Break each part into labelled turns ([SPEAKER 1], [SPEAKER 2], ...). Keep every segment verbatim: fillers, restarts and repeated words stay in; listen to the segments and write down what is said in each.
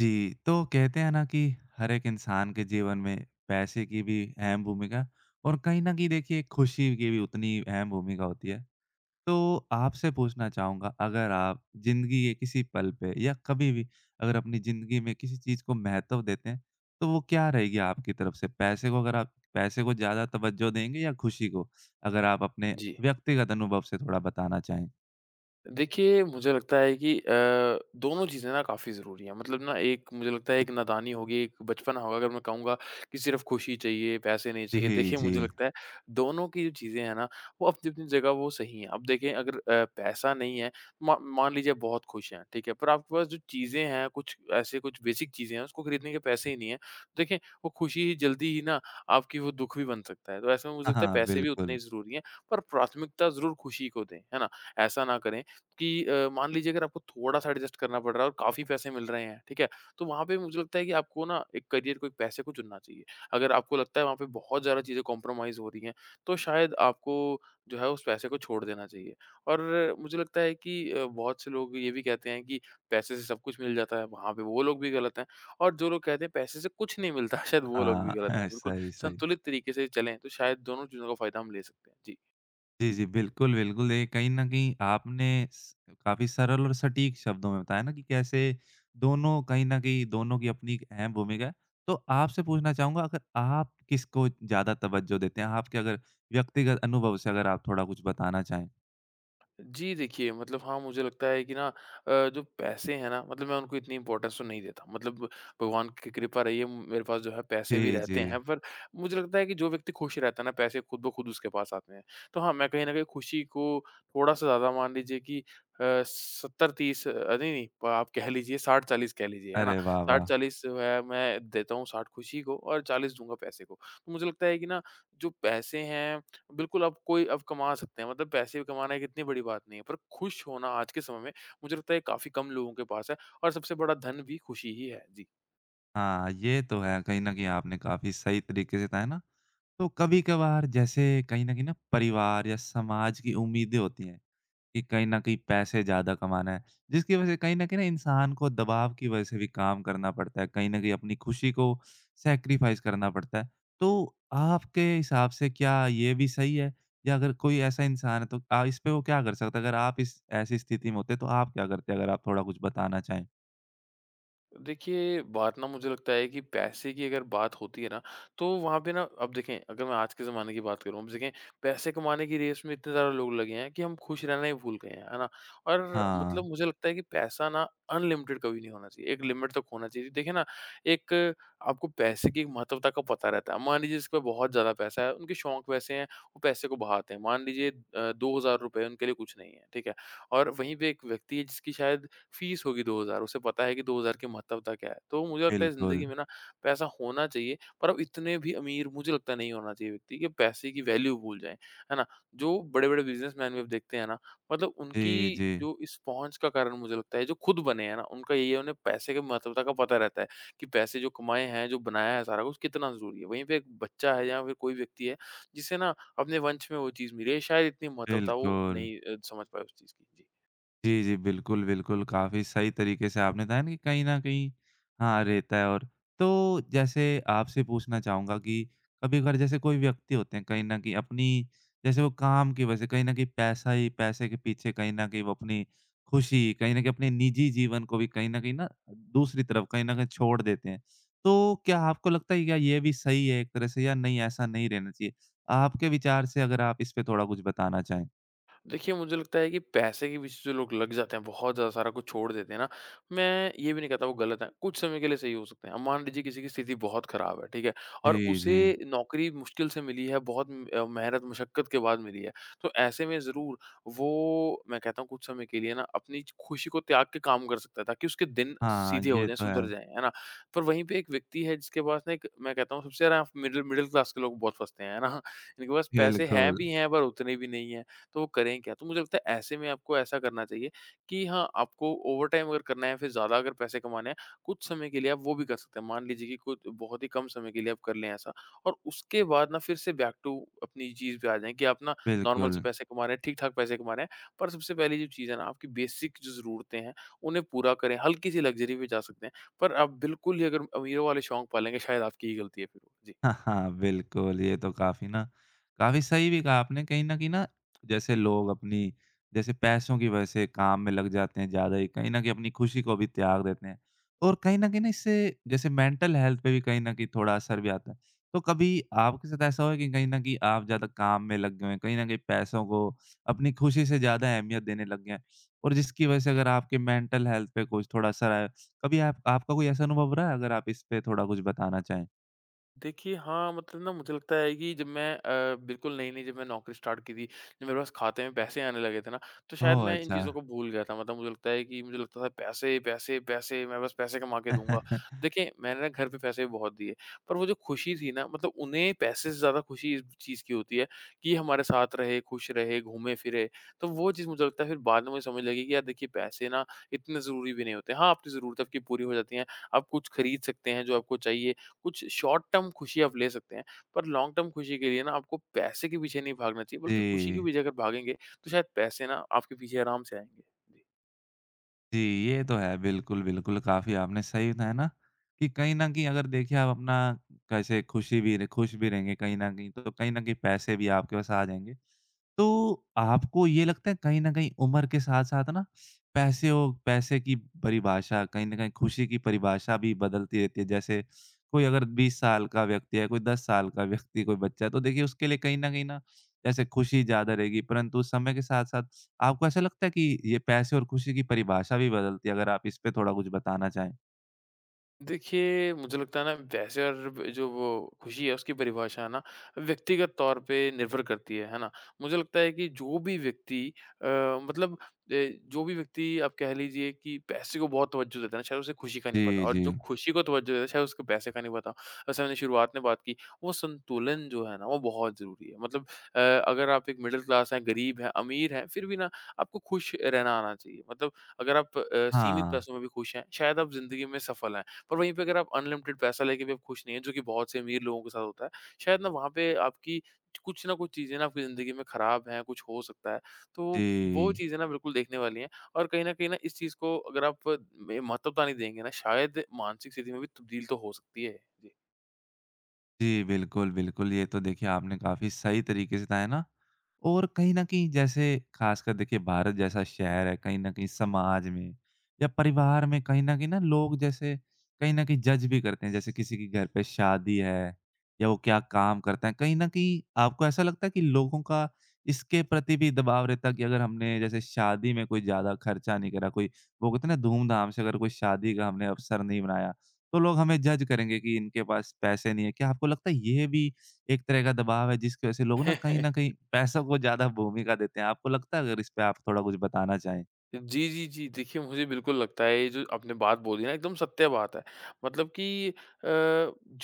[SPEAKER 1] जी, तो कहते हैं ना कि हर एक इंसान के जीवन में पैसे की भी अहम भूमिका और कहीं न कहीं देखिए खुशी की भी उतनी अहम भूमिका होती है। तो आपसे पूछना चाहूँगा अगर आप ज़िंदगी के किसी पल पे या कभी भी अगर अपनी ज़िंदगी में किसी चीज़ को महत्व देते हैं, तो वो क्या रहेगी आपकी तरफ से? पैसे को अगर आप पैसे को ज़्यादा तवज्जो देंगे या खुशी को? अगर आप अपने
[SPEAKER 2] जी।
[SPEAKER 1] व्यक्तिगत अनुभव से थोड़ा बताना चाहें।
[SPEAKER 2] देखिए, मुझे लगता है कि अ, दोनों चीज़ें ना काफ़ी ज़रूरी हैं। मतलब ना एक मुझे लगता है एक नादानी होगी, एक बचपना होगा अगर मैं कहूँगा कि सिर्फ़ खुशी चाहिए, पैसे नहीं चाहिए।
[SPEAKER 1] जी,
[SPEAKER 2] देखिए,
[SPEAKER 1] जी।
[SPEAKER 2] मुझे लगता है दोनों की जो चीज़ें हैं ना, वो अपनी-अपनी जगह वो सही हैं। अब देखें अगर अ, पैसा नहीं है, मा मान लीजिए आप बहुत खुश हैं, ठीक है? पर आपके पास जो चीज़ें हैं, कुछ ऐसे कुछ बेसिक चीज़ें हैं, उसको खरीदने के पैसे ही नहीं हैं। तो देखें, वो खुशी ही जल्दी ही ना आपकी वो दुःख भी बन सकता है। तो ऐसे में मुझे
[SPEAKER 1] हाँ,
[SPEAKER 2] लगता है
[SPEAKER 1] हाँ,
[SPEAKER 2] पैसे भी उतने ही
[SPEAKER 1] बिल्कुल।
[SPEAKER 2] ज़रूरी हैं, पर प्राथमिकता ज़रूर खुशी को दें, है ना? ऐसा ना करें कि अ, मान लीजिए अगर आपको थोड़ा-सा एडजस्ट करना पड़ रहा है और काफ़ी पैसे मिल रहे हैं, ठीक है? तो वहाँ पे मुझे लगता है कि आपको ना एक करियर को, एक पैसे को चुनना चाहिए। अगर आपको लगता है वहाँ पे बहुत ज़्यादा चीज़ें कॉम्प्रोमाइज़ हो रही हैं, तो शायद आपको जो है उस पैसे को छोड़ देना चाहिए। और मुझे लगता है कि अ, बहुत से लोग ये भी कहते हैं कि पैसे से सब कुछ मिल जाता है, वहाँ पे वो लोग भी गलत हैं और जो लोग कहते हैं पैसे से कुछ नहीं मिलता, शायद वो लोग भी गलत हैं।
[SPEAKER 1] हाँ,
[SPEAKER 2] बिल्कुल
[SPEAKER 1] सही, सही।
[SPEAKER 2] संतुलित तरीके से चलें, तो शायद दोनों चीज़ों का फ़ायदा हम ले सकते हैं। जी।
[SPEAKER 1] जी, जी। बिल्कुल, बिल्कुल। देखिए, कहीं न कहीं आपने स काफ़ी सरल और सटीक शब्दों में बताया ना कि कैसे दोनों कहीं न कहीं दोनों की अपनी एक अहम भूमिका है। तो आपसे पूछना चाहूँगा अगर आप किसको ज़्यादा तवज्जो देते हैं? आपके अगर व्यक्तिगत अनुभव से अगर आप थोड़ा कुछ बताना चाहें?
[SPEAKER 2] जी, देखिए मतलब हाँ, मुझे लगता है कि ना अ, जो पैसे हैं ना मतलब मैं उनको इतनी इम्पोर्टेंस तो नहीं देता। मतलब भगवान की कृपा रही है मेरे पास जो है पैसे भी
[SPEAKER 1] जी,
[SPEAKER 2] रहते
[SPEAKER 1] जी।
[SPEAKER 2] हैं, पर मुझे लगता है कि जो व्यक्ति खुश रहता है ना पैसे खुद-ब-खुद उसके पास आते हैं। तो हाँ, मैं कहीं न कहीं खुशी को थोड़ा-सा ज़्यादा मान लीजिए कि अ, सत्तर-तीस अ, नहीं, नहीं प आप कह लीजिए साठ-चालीस कह लीजिए, है ना?
[SPEAKER 1] अरे वाह, वाह!
[SPEAKER 2] साठ-चालीस जो है मैं देता हूँ साठ खुशी को और चालीस दूँगा पैसे को। तो मुझे लगता है कि ना जो पैसे हैं बिल्कुल आप कोई अब कमा सकते हैं मतलब पैसे भी कमाना एक इतनी बड़ी बात नहीं है, पर खुश होना आज के समय में मुझे लगता है काफ़ी कम लोगों के पास है और सबसे बड़ा धन भी खुशी ही है। जी।
[SPEAKER 1] हाँ, ये तो है। कहीं न कहीं आपने काफ़ी सही तरीके से बताया ना। तो कभी-कभार जैसे कहीं न कहीं ना परिवार या समाज की उम्मीदें होती हैं। कि कहीं न कहीं पैसे ज़्यादा कमाना है, जिसकी वजह से कहीं न कहीं ना इंसान को दबाव की वजह से भी काम करना पड़ता है, कहीं न कहीं अपनी खुशी को सैक्रिफाइस करना पड़ता है। तो आपके हिसाब से क्या ये भी सही है? या अगर कोई ऐसा इंसान है तो अ, इस पे वो क्या कर सकता है? अगर आप इस ऐसी स्थिति में होते तो आप क्या करते? अगर आप थोड़ा कुछ बताना चाहें?
[SPEAKER 2] देखिए, बात ना मुझे लगता है कि पैसे की अगर बात होती है ना, तो वहाँ पे ना अब देखें अगर मैं आज के ज़माने की बात करूँ, अब देखें पैसे कमाने की रेस में इतने ज़्यादा लोग लगे हैं कि हम खुश रहना ही भूल गए हैं, है ना? और मतलब
[SPEAKER 1] हाँ,
[SPEAKER 2] मुझे लगता है कि पैसा ना अनलिमिटेड कभी नहीं होना चाहिए, एक लिमिट तक होना चाहिए। देखिए ना, एक आपको पैसे की एक महत्वता का पता रहता है। मान लीजिए जिसके पास बहुत ज़्यादा पैसा है, उनके शौक वैसे हैं, वो पैसे को बहाते हैं। मान लीजिए अ, ₹दो हज़ार रुपये उनके लिए कुछ नहीं है, ठीक है? और वहीं पे एक व्यक्ति है जिसकी शायद फीस होगी दो हज़ार, उसे पता है कि दो हज़ार की महत्वता क्या है। तो मुझे लगता है
[SPEAKER 1] बिल्कुल।
[SPEAKER 2] ज़िंदगी में ना पैसा होना चाहिए, पर अब इतने भी अमीर मुझे लगता है नहीं होना चाहिए व्यक्ति कि पैसे की वैल्यू भूल जाएँ, है ना? जो बड़े-बड़े बिज़नेसमैन भी आप देखते हैं ना, मतलब
[SPEAKER 1] जी,
[SPEAKER 2] उनकी
[SPEAKER 1] जी।
[SPEAKER 2] जो इस पहुँच का कारण मुझे लगता है जो खुद बने हैं ना, उनका यही है उन्हें पैसे की महत्वता का पता रहता है कि पैसे जो कमाए हैं, जो बनाया है सारा कुछ कितना ज़रूरी है। वहीं पे एक बच्चा है या फिर कोई व्यक्ति है जिसे ना अपने वंश में वो चीज़ मिली है, शायद इतनी महत्वता वो
[SPEAKER 1] बिल्कुल।
[SPEAKER 2] नहीं अ, समझ पाए उस चीज़ की। जी।
[SPEAKER 1] जी, जी। बिल्कुल, बिल्कुल। काफ़ी सही तरीके से आपने बताया ना कि कहीं न कहीं हाँ, रहता है और तो जैसे आपसे पूछना चाहूँगा कि कभी-कभार जैसे कोई व्यक्ति होते हैं कहीं न कहीं अपनी जैसे वो काम की वजह से कहीं न कहीं पैसा ही पैसे के पीछे कहीं न कहीं वो अपनी खुशी, कहीं न कहीं अपने निजी जीवन को भी कहीं न कहीं ना दूसरी तरफ कहीं न कहीं छोड़ देते हैं। तो क्या आपको लगता है क्या ये भी सही है एक तरह से या नहीं ऐसा नहीं रहना चाहिए? आपके विचार से अगर आप इस पे थोड़ा कुछ बताना चाहें?
[SPEAKER 2] देखिए, मुझे लगता है कि पैसे के पीछे जो लोग लग जाते हैं, बहुत ज़्यादा सारा कुछ छोड़ देते हैं ना, मैं ये भी नहीं कहता वो गलत है। कुछ समय के लिए सही हो सकते हैं। अब मान लीजिए किसी की स्थिति बहुत ख़राब है, ठीक है? और
[SPEAKER 1] जी,
[SPEAKER 2] उसे
[SPEAKER 1] जी।
[SPEAKER 2] नौकरी मुश्किल से मिली है, बहुत म अ, मेहनत मशक्कत के बाद मिली है। तो ऐसे में ज़रूर वो मैं कहता हूँ कुछ समय के लिए ना अपनी खुशी को त्याग के काम कर सकता है, ताकि उसके दिन
[SPEAKER 1] हाँ,
[SPEAKER 2] सीधे हो
[SPEAKER 1] ये
[SPEAKER 2] जाएँ,
[SPEAKER 1] तो
[SPEAKER 2] सुधर
[SPEAKER 1] है।
[SPEAKER 2] जाएँ, है ना? पर वहीं पे एक व्यक्ति है जिसके पास ना एक मैं कहता हूँ सबसे ज़्यादा मिडिल मिडिल क्लास के लोग बहुत फँसते हैं, है ना? इनके पास पैसे हैं
[SPEAKER 1] बिल्कुल,
[SPEAKER 2] भी हैं पर उतने भी नहीं है। तो वो करें क्या? तो मुझे लगता है ऐसे में आपको ऐसा करना चाहिए कि हाँ, आपको ओवरटाइम अगर करना है या फिर ज़्यादा अगर पैसे कमाने हैं, कुछ समय के लिए आप वो भी कर सकते हैं। मान लीजिए कि कुछ बहुत ही कम समय के लिए आप कर लें ऐसा और उसके बाद ना फिर से बैक टू अपनी चीज़ पे आ जाएँ कि आप ना नॉर्मल से
[SPEAKER 1] बिल्कुल।
[SPEAKER 2] पैसे कमा रहे हैं, ठीक-ठाक पैसे कमा रहे हैं। पर सबसे पहली जो चीज़ है ना, आपकी बेसिक जो ज़रूरतें हैं, उन्हें पूरा करें। हल्की-सी लग्ज़री पे जा सकते हैं, पर आप बिल्कुल ही अगर अमीरों वाले शौक पालेंगे शायद आपकी ही गलती है फिर वो। जी।
[SPEAKER 1] हाँ, हाँ, बिल्कुल, ये तो काफ़ी ना काफ़ी सही भी कहा आपने। कहीं न कहीं ना जैसे लोग अपनी जैसे पैसों की वजह से काम में लग जाते हैं ज़्यादा ही, कहीं न कहीं अपनी खुशी को भी त्याग देते हैं। और कहीं न कहीं ना इससे जैसे मेंटल हेल्थ पे भी कहीं न कहीं थोड़ा असर भी आता है। तो कभी आपके साथ ऐसा हुआ है कि कहीं न कहीं आप ज़्यादा काम में लग गए हैं, कहीं न कहीं पैसों को अपनी खुशी से ज़्यादा अहमियत देने लग गए हैं और जिसकी वजह से अगर आपके मेंटल हेल्थ पे कुछ थोड़ा असर आया? कभी आप आपका कोई ऐसा अनुभव रहा है? अगर आप इस पे थोड़ा कुछ बताना चाहें।
[SPEAKER 2] देखिए, हाँ, मतलब ना मुझे लगता है कि जब मैं अ, बिल्कुल नई-नई जब मैं नौकरी स्टार्ट की थी, जब मेरे पास खाते में पैसे आने लगे थे ना, तो शायद
[SPEAKER 1] ओह!
[SPEAKER 2] मैं इन
[SPEAKER 1] अच्छा।
[SPEAKER 2] चीज़ों को भूल गया था। मतलब मुझे लगता है कि मुझे लगता था पैसे, पैसे, पैसे, मैं बस पैसे कमा के दूँगा। देखिए, मैंने ना घर पे पैसे भी बहुत दिए, पर वो जो खुशी थी ना मतलब उन्हें पैसे से ज़्यादा खुशी इस चीज़ की होती है कि हमारे साथ रहे, खुश रहे, घूमे-फिरे। तो वो चीज़ मुझे लगता है फिर बाद में मुझे समझ लगी कि यार देखिए पैसे ना इतने ज़रूरी भी नहीं होते। हाँ, आपकी ज़रूरतें आपकी पूरी हो जाती हैं, आप कुछ खरीद सकते हैं जो आपको चाहिए। कुछ शॉर्ट टर्म खुशी आप ले सकते हैं, पर लॉन्ग टर्म खुशी के लिए ना आपको पैसे के पीछे नहीं भागना चाहिए, बल्कि खुशी के
[SPEAKER 1] जी,
[SPEAKER 2] पीछे अगर भागेंगे, तो शायद पैसे ना आपके पीछे आराम से आएँगे। जी।
[SPEAKER 1] जी, ये तो है। बिल्कुल, बिल्कुल, काफ़ी आपने सही बताया ना कि कहीं न कहीं अगर देखिए आप अपना कैसे खुशी भी र खुश भी रहेंगे कहीं न कहीं, तो कहीं न कहीं पैसे भी आपके पास आ जाएँगे। तो आपको ये लगता है कहीं न कहीं उम्र के साथ-साथ ना पैसे औ पैसे की परिभाषा कहीं न कहीं खुशी की परिभाषा भी बदलती रहती है। जैसे कोई अगर बीस साल का व्यक्ति है, कोई दस साल का व्यक्ति, कोई बच्चा है, तो देखिए उसके लिए कहीं न कहीं ना जैसे खुशी ज़्यादा रहेगी, परंतु समय के साथ-साथ आपको ऐसा लगता है कि ये पैसे और खुशी की परिभाषा भी बदलती है? अगर आप इस पे थोड़ा कुछ बताना चाहें?
[SPEAKER 2] देखिए, मुझे लगता है ना वैसे और ब जो वो खुशी है उसकी परिभाषा है ना व्यक्तिगत तौर पे निर्भर करती है, है ना? मुझे लगता है कि जो भी व्यक्ति अ, मतलब ए, जो भी व्यक्ति आप कह लीजिए कि पैसे को बहुत तवज्जो देता है ना, शायद उसे खुशी का नहीं पता
[SPEAKER 1] जी,
[SPEAKER 2] और
[SPEAKER 1] जी।
[SPEAKER 2] जो खुशी को तवज्जो देता है शायद उसको पैसे का नहीं पता। जैसे हमने शुरुआत में बात की, वो संतुलन जो है ना वो बहुत ज़रूरी है। मतलब अ, अगर आप एक मिडल क्लास हैं, गरीब हैं, अमीर हैं, फिर भी ना आपको खुश रहना आना चाहिए। मतलब अगर आप अ, सीमित
[SPEAKER 1] हाँ।
[SPEAKER 2] पैसों में भी खुश हैं, शायद आप ज़िंदगी में सफल हैं। पर वहीं पे अगर आप अनलिमिटेड पैसा लेके भी आप खुश नहीं हैं, जो कि बहुत से अमीर लोगों के साथ होता है, शायद ना वहाँ पे आपकी कुछ ना कुछ चीज़ें ना आपकी ज़िंदगी में खराब हैं, कुछ हो सकता है। तो वो
[SPEAKER 1] जी।
[SPEAKER 2] चीज़ें ना बिल्कुल देखने वाली हैं और कहीं न कहीं ना इस चीज़ को अगर आप में महत्वता नहीं देंगे ना शायद मानसिक स्थिति में भी तब्दील तो हो सकती है।
[SPEAKER 1] जी, बिल्कुल, बिल्कुल। ये तो देखिए आपने काफ़ी सही तरीके से बताया ना और कहीं न कहीं जैसे ख़ासकर देखिए भारत जैसा शहर है, कहीं न कहीं समाज में या परिवार में कहीं न कहीं ना लोग जैसे कहीं न कहीं जज भी करते हैं। जैसे किसी के घर पे शादी है या वो क्या काम करता है, कहीं न कहीं आपको ऐसा लगता है कि लोगों का इसके प्रति भी दबाव रहता है कि अगर हमने जैसे शादी में कोई ज़्यादा खर्चा नहीं करा, कोई वो कहते हैं ना धूम-धाम से अगर कोई शादी का हमने अवसर नहीं बनाया, तो लोग हमें जज करेंगे कि इनके पास पैसे नहीं है। क्या आपको लगता है ये भी एक तरह का दबाव है जिसकी वज़ह से लोग ना
[SPEAKER 2] जी।
[SPEAKER 1] कहीं न कहीं पैसों को ज़्यादा भूमिका देते हैं? आपको लगता है अगर इस पे आप थोड़ा कुछ बताना चाहें?
[SPEAKER 2] जी, जी, जी। देखिए, मुझे बिल्कुल लगता है ये जो आपने बात बोली ना एकदम सत्य बात है। मतलब कि अ,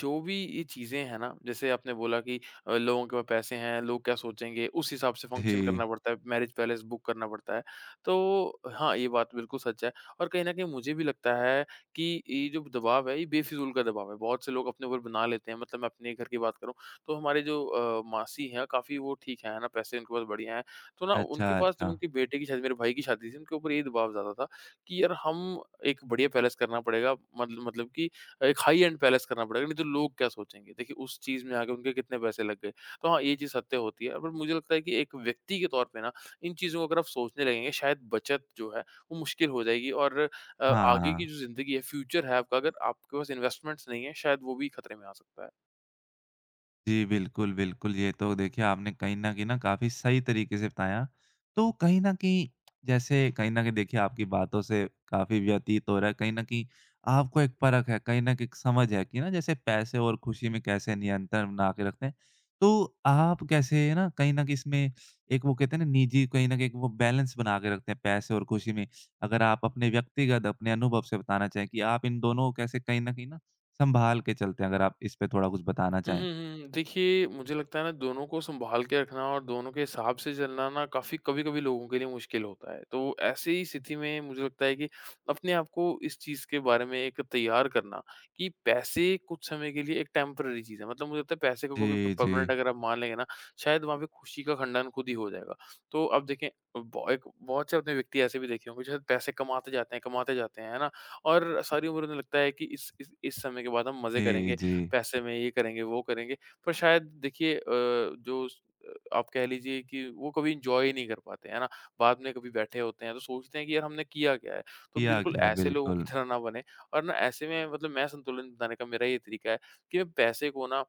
[SPEAKER 2] जो भी ये चीज़ें हैं ना जैसे आपने बोला कि अ, लोगों के पास पैसे हैं, लोग क्या सोचेंगे उस हिसाब से फंक्शन
[SPEAKER 1] जी।
[SPEAKER 2] करना पड़ता है, मैरिज पैलेस बुक करना पड़ता है। तो हाँ, ये बात बिल्कुल सच है और कहीं न कहीं मुझे भी लगता है कि ये जो दबाव है ये बेफ़िज़ूल का दबाव है। बहुत से लोग अपने ऊपर बना लेते हैं मतलब मैं अपने घर की बात करूँ तो हमारे जो अ, मासी हैं काफ़ी वो ठीक हैं, है ना? पैसे उनके पास बढ़िया हैं। तो ना उनके
[SPEAKER 1] अच्छा,
[SPEAKER 2] पास जब
[SPEAKER 1] अच्छा।
[SPEAKER 2] उनके बेटे की शादी मेरे भाई की शादी थी, उनके ऊपर ये दबाव ज़्यादा था कि यार हम एक बढ़िया पैलेस करना पड़ेगा मतलब मतलब कि एक हाई एंड पैलेस करना पड़ेगा, नहीं तो लोग क्या सोचेंगे? देखिए उस चीज़ में आके उनके कितने पैसे लग गए। तो हाँ, ये चीज़ सत्य होती है पर मुझे लगता है कि एक व्यक्ति के तौर पे ना इन चीज़ों को अगर आप सोचने लगेंगे शायद बचत जो है वो मुश्किल हो जाएगी और अ,
[SPEAKER 1] हाँ,
[SPEAKER 2] आगे की
[SPEAKER 1] हाँ।
[SPEAKER 2] जो ज़िंदगी है, फ्यूचर है आपका अगर आपके पास इन्वेस्टमेंट्स नहीं है शायद वो भी खतरे में आ सकता है।
[SPEAKER 1] जी, बिल्कुल, बिल्कुल। ये तो देखिए आपने कहीं न कहीं न काफ़ी सही तरीके से बताया। तो कहीं न कहीं जैसे कहीं न कहीं देखिए आपकी बातों से काफ़ी व्यतीत हो रहा है कहीं न कहीं आपको एक परख है, कहीं न कहीं एक समझ है कि ना जैसे पैसे और खुशी में कैसे नियंत्रण बना के रखते हैं। तो आप कैसे ना कहीं न कहीं इसमें एक वो कहते हैं ना निजी कहीं न कहीं एक वो बैलेंस बना के रखते हैं पैसे और खुशी में। अगर आप अपने व्यक्तिगत अपने अनुभव से बताना चाहें कि आप इन दोनों को कैसे कहीं न कहीं ना संभाल के चलते हैं? अगर आप इस पे थोड़ा कुछ बताना
[SPEAKER 2] हुँ,
[SPEAKER 1] चाहें?
[SPEAKER 2] हुँ, हुँ। देखिए, मुझे लगता है ना दोनों को सँभाल के रखना और दोनों के हिसाब से चलना ना काफ़ी कभी-कभी लोगों के लिए मुश्किल होता है। तो ऐसे ही स्थिति में मुझे लगता है कि अपने आप को इस चीज़ के बारे में एक तैयार करना कि पैसे कुछ समय के लिए एक टेम्परेरी चीज़ है। मतलब मुझे लगता है पैसे को कभी प
[SPEAKER 1] जी,
[SPEAKER 2] परमानेंट
[SPEAKER 1] जी।
[SPEAKER 2] अगर आप मान लेंगे ना, शायद वहाँ पे खुशी का खंडन खुद ही हो जाएगा। तो आप देखें ब एक बहुत से आपने व्यक्ति ऐसे भी देखे होंगे जो शायद पैसे कमाते जाते हैं, कमाते जाते हैं, है ना? और सारी उम्र उन्हें लगता है कि इस इस इस समय के बाद हम मज़े
[SPEAKER 1] जी,
[SPEAKER 2] करेंगे।
[SPEAKER 1] जी।
[SPEAKER 2] पैसे में ये करेंगे, वो करेंगे। पर शायद देखिए अ, जो स अ, आप कह लीजिए कि वो कभी एन्जॉय ही नहीं कर पाते, है ना? बाद में कभी बैठे होते हैं तो सोचते हैं कि यार हमने किया क्या है? तो
[SPEAKER 1] किया
[SPEAKER 2] बिल्कुल
[SPEAKER 1] गया,
[SPEAKER 2] ऐसे लोगों की
[SPEAKER 1] बिल्कुल।
[SPEAKER 2] तरह ना बनें और ना ऐसे में मतलब मैं संतुलन बनाने का मेरा ये तरीका है कि मैं पैसे को ना अ,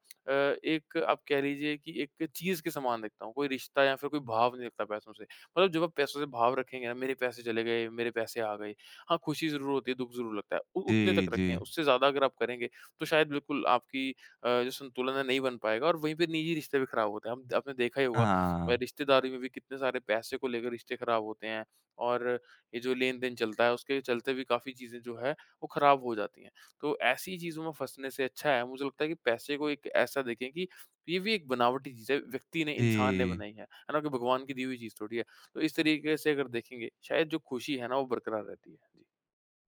[SPEAKER 2] एक आप कह लीजिए कि एक चीज़ के समान देखता हूँ, कोई रिश्ता या फिर कोई भाव नहीं रखता पैसों से। मतलब जब आप पैसों से भाव रखेंगे ना मेरे पैसे चले गए, मेरे पैसे आ गए। हाँ, खुशी ज़रूर होती है, दुःख ज़रूर लगता है। उ उतने तक
[SPEAKER 1] जी, जी।
[SPEAKER 2] रखें, उससे ज़्यादा अगर आप करेंगे तो शायद बिल्कुल आपकी अ, जो संतुलन है नहीं बन पाएगा और वहीं पे निजी रिश्ते भी खराब होते हैं। हम आपने देखा ही होगा अ,
[SPEAKER 1] हाँ।
[SPEAKER 2] रिश्तेदारी में भी कितने सारे पैसे को लेकर रिश्ते खराब होते हैं और ये जो लेन-देन चलता है उसके चलते भी काफ़ी चीज़ें जो है वो खराब हो जाती हैं। तो ऐसी चीज़ों में फँसने से अच्छा है मुझे लगता है कि पैसे को एक ऐसा देखें कि ये भी एक बनावटी चीज़ है, व्यक्ति ने, इंसान ने
[SPEAKER 1] जी।
[SPEAKER 2] बनाई है। है ना? कि भगवान की दी हुई चीज़ थोड़ी है। तो इस तरीके से अगर देखेंगे शायद जो खुशी है ना वो बरकरार रहती है। जी।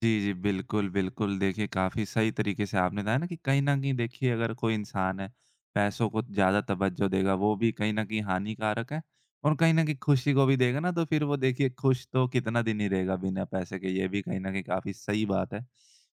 [SPEAKER 1] जी, जी। बिल्कुल, बिल्कुल। देखिए, काफ़ी सही तरीके से आपने बताया ना कि कहीं न कहीं देखिए अगर कोई इंसान है, पैसों को ज़्यादा तवज्जो देगा, वो भी कहीं न कहीं हानिकारक है और कहीं न कहीं खुशी को भी देगा ना, तो फिर वो देखिए खुश तो कितना दिन ही रहेगा बिना पैसे के, ये भी कहीं न कहीं काफ़ी सही बात है।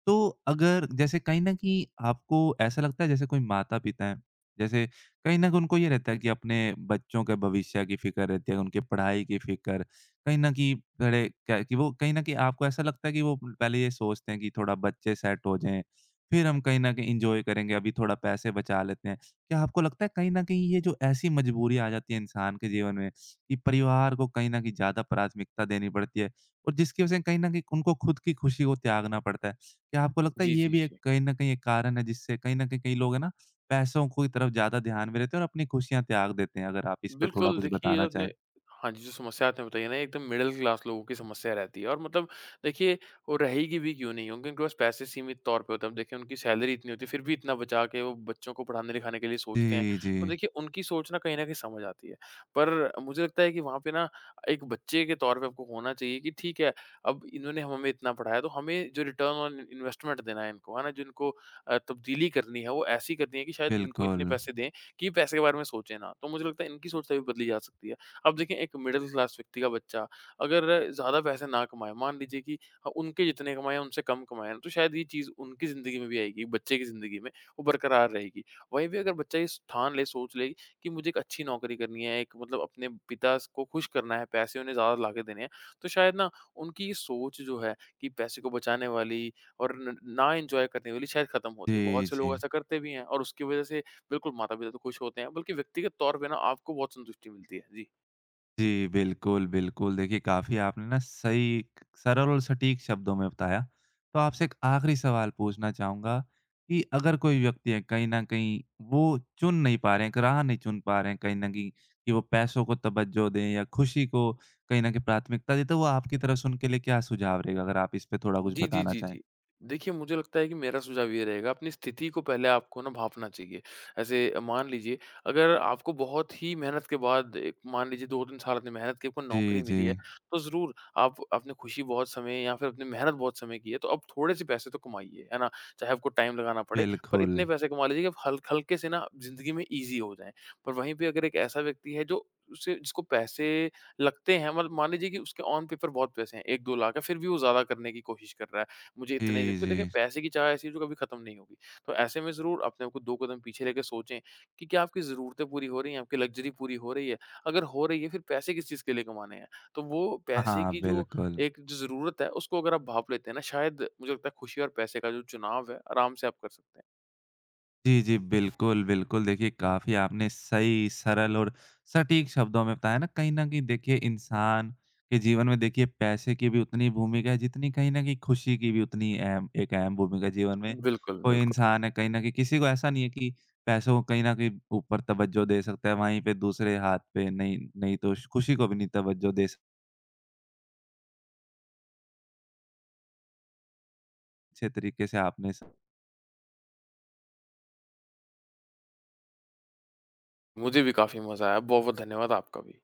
[SPEAKER 1] तो अगर जैसे कहीं न कहीं आपको ऐसा लगता है जैसे कोई माता-पिता हैं, जैसे कहीं न कहीं उनको ये रहता है कि अपने बच्चों के भविष्य की फ़िक्र रहती है, उनकी पढ़ाई की फ़िक्र कहीं न कहीं बड़े क्या है कि वो कहीं न कहीं आपको ऐसा लगता है कि वो पहले ये सोचते हैं कि थोड़ा बच्चे सेट हो जाएँ, फिर हम कहीं न कहीं एन्जॉय करेंगे, अभी थोड़ा पैसे बचा लेते हैं। क्या आपको लगता है कहीं न कहीं ये जो ऐसी मजबूरी आ जाती है इंसान के जीवन में कि परिवार को कहीं न कहीं ज़्यादा प्राथमिकता देनी पड़ती है और जिसकी वज़ह से कहीं न कहीं उनको खुद की खुशी को त्यागना पड़ता है। क्या आपको लगता है
[SPEAKER 2] जी,
[SPEAKER 1] ये
[SPEAKER 2] जी,
[SPEAKER 1] भी एक
[SPEAKER 2] जी।
[SPEAKER 1] कहीं न कहीं एक कारण है जिससे कहीं न कहीं कई लोग है ना पैसों की तरफ ज़्यादा ध्यान में रहते हैं और अपनी खुशियाँ त्याग देते हैं? अगर आप इस पे थोड़ा
[SPEAKER 2] बिल्कुल,
[SPEAKER 1] कुछ
[SPEAKER 2] देखिए ये
[SPEAKER 1] बताना
[SPEAKER 2] आपने
[SPEAKER 1] चाहें।
[SPEAKER 2] हाँ जी, जो समस्या आपने बताई है ना, ये एकदम मिडल क्लास लोगों की समस्या रहती है और मतलब देखिए वो रहेगी भी क्यों नहीं, क्योंकि उनके पास पैसे सीमित तौर पे होते हैं। अब देखिए उनकी सैलरी इतनी होती है, फिर भी इतना बचा के वो बच्चों को पढ़ाने-लिखाने के लिए सोचते हैं।
[SPEAKER 1] जी, जी।
[SPEAKER 2] तो देखिए उनकी सोच ना कहीं न कहीं समझ आती है। पर मुझे लगता है कि वहाँ पे ना एक बच्चे के तौर पे आपको होना चाहिए कि ठीक है, अब इन्होंने हमें इतना पढ़ाया, तो हमें जो रिटर्न ऑन इन्वेस्टमेंट देना है इनको, है ना? जिनको अ, तब्दीली करनी है, वो ऐसी करनी है कि शायद इनको इतने
[SPEAKER 1] बिल्कुल।
[SPEAKER 2] पैसे दें कि पैसे के बारे में सोचे ना। तो मुझे लगता है इनकी सोच तभी बदली जा सकती है। अब देखिए एक मिडल क्लास व्यक्ति का बच्चा अगर ज़्यादा पैसे ना कमाए, मान लीजिए कि अ, उनके जितने कमाए उनसे कम कमाए ना, तो शायद ये चीज़ उनकी ज़िंदगी में भी आएगी, बच्चे की ज़िंदगी में, वो बरकरार रहेगी। वहीं पे अगर बच्चा ये ठान ले, सोच ले कि मुझे एक अच्छी नौकरी करनी है, एक मतलब अपने पिता स को खुश करना है, पैसे उन्हें ज़्यादा लाके देने हैं, तो शायद ना उनकी ये सोच जो है कि पैसे को बचाने वाली और न ना एन्जॉय करने वाली शायद खत्म होती है।
[SPEAKER 1] जी,
[SPEAKER 2] बहुत से लोग
[SPEAKER 1] जी।
[SPEAKER 2] ऐसा करते भी हैं और उसकी वज़ह से बिल्कुल, माता-पिता तो खुश होते हैं, बल्कि व्यक्तिगत तौर पे ना आपको बहुत संतुष्टि मिलती है। जी।
[SPEAKER 1] जी, बिल्कुल, बिल्कुल। देखिए, काफ़ी आपने ना सही सरल और सटीक शब्दों में बताया। तो आपसे एक आखिरी सवाल पूछना चाहूँगा कि अगर कोई व्यक्ति है, कहीं न कहीं वो चुन नहीं पा रहे हैं, एक राह नहीं चुन पा रहे हैं कहीं न कहीं कि वो पैसों को तवज्जो दें या खुशी को कहीं न कहीं प्राथमिकता दें, तो वो आपकी तरफ से उनके लिए क्या सुझाव रहेगा? अगर आप इस पे थोड़ा कुछ
[SPEAKER 2] जी, जी,
[SPEAKER 1] बताना
[SPEAKER 2] जी,
[SPEAKER 1] चाहें।
[SPEAKER 2] जी। देखिए, मुझे लगता है कि मेरा सुझाव ये रहेगा अपनी स्थिति को पहले आपको ना भाँपना चाहिए। ऐसे मान लीजिए अगर आपको बहुत ही मेहनत के बाद एक मान लीजिए दो तीन साल आपने मेहनत की, आपको नौकरी
[SPEAKER 1] जी, जी।
[SPEAKER 2] मिली है, तो ज़रूर आप आपने खुशी बहुत समय या फिर अपनी मेहनत बहुत समय की है, तो अब थोड़े-से पैसे तो कमाइए, है ना? चाहे आपको टाइम लगाना पड़े, पर
[SPEAKER 1] बिल्कुल।
[SPEAKER 2] इतने पैसे कमा लीजिए कि आप हल हल्के से ना ज़िंदगी में ईज़ी हो जाएँ। पर वहीं पे अगर एक ऐसा व्यक्ति है जो उसे जिसको पैसे लगते हैं मतलब मान लीजिए कि उसके ऑन पेपर बहुत पैसे हैं एक दो लाख है, फिर भी वो ज़्यादा करने की कोशिश कर रहा है। मुझे
[SPEAKER 1] जी,
[SPEAKER 2] इतने क्योंकि
[SPEAKER 1] जी।
[SPEAKER 2] देखिए पैसे की चाह ऐसी है जो कभी खत्म नहीं होगी। तो ऐसे में ज़रूर अपने आप को दो कदम पीछे लेके सोचें कि क्या आपकी ज़रूरतें पूरी हो रही हैं, आपकी लग्ज़री पूरी हो रही है? अगर हो रही है फिर पैसे किस चीज़ के लिए कमाने हैं? तो वो
[SPEAKER 1] हाँ,
[SPEAKER 2] पैसे
[SPEAKER 1] हाँ,
[SPEAKER 2] की जो
[SPEAKER 1] बिल्कुल।
[SPEAKER 2] एक जो ज़रूरत है उसको अगर आप भाप लेते हैं ना शायद मुझे लगता है खुशी और पैसे का जो चुनाव है आराम से आप कर सकते हैं।
[SPEAKER 1] जी, जी। बिल्कुल, बिल्कुल। देखिए, काफ़ी आपने सही, सरल और सटीक शब्दों में बताया ना, कहीं न कहीं देखिए इंसान के जीवन में देखिए पैसे की भी उतनी भूमिका है जितनी कहीं न कहीं खुशी की भी उतनी अहम एक अहम भूमिका है जीवन में।
[SPEAKER 2] बिल्कुल,
[SPEAKER 1] कोई
[SPEAKER 2] बिल्कुल।
[SPEAKER 1] इंसान है कहीं न कहीं किसी को ऐसा नहीं है कि पैसों को कहीं न कहीं ऊपर तवज्जो दे सकता है, वहीं पे दूसरे हाथ पे नहीं नहीं तो श खुशी को भी नहीं तवज्जो दे स अच्छे तरीके से आपने स
[SPEAKER 2] मुझे भी काफ़ी मज़ा आया। बहुत-बहुत धन्यवाद आपका भी।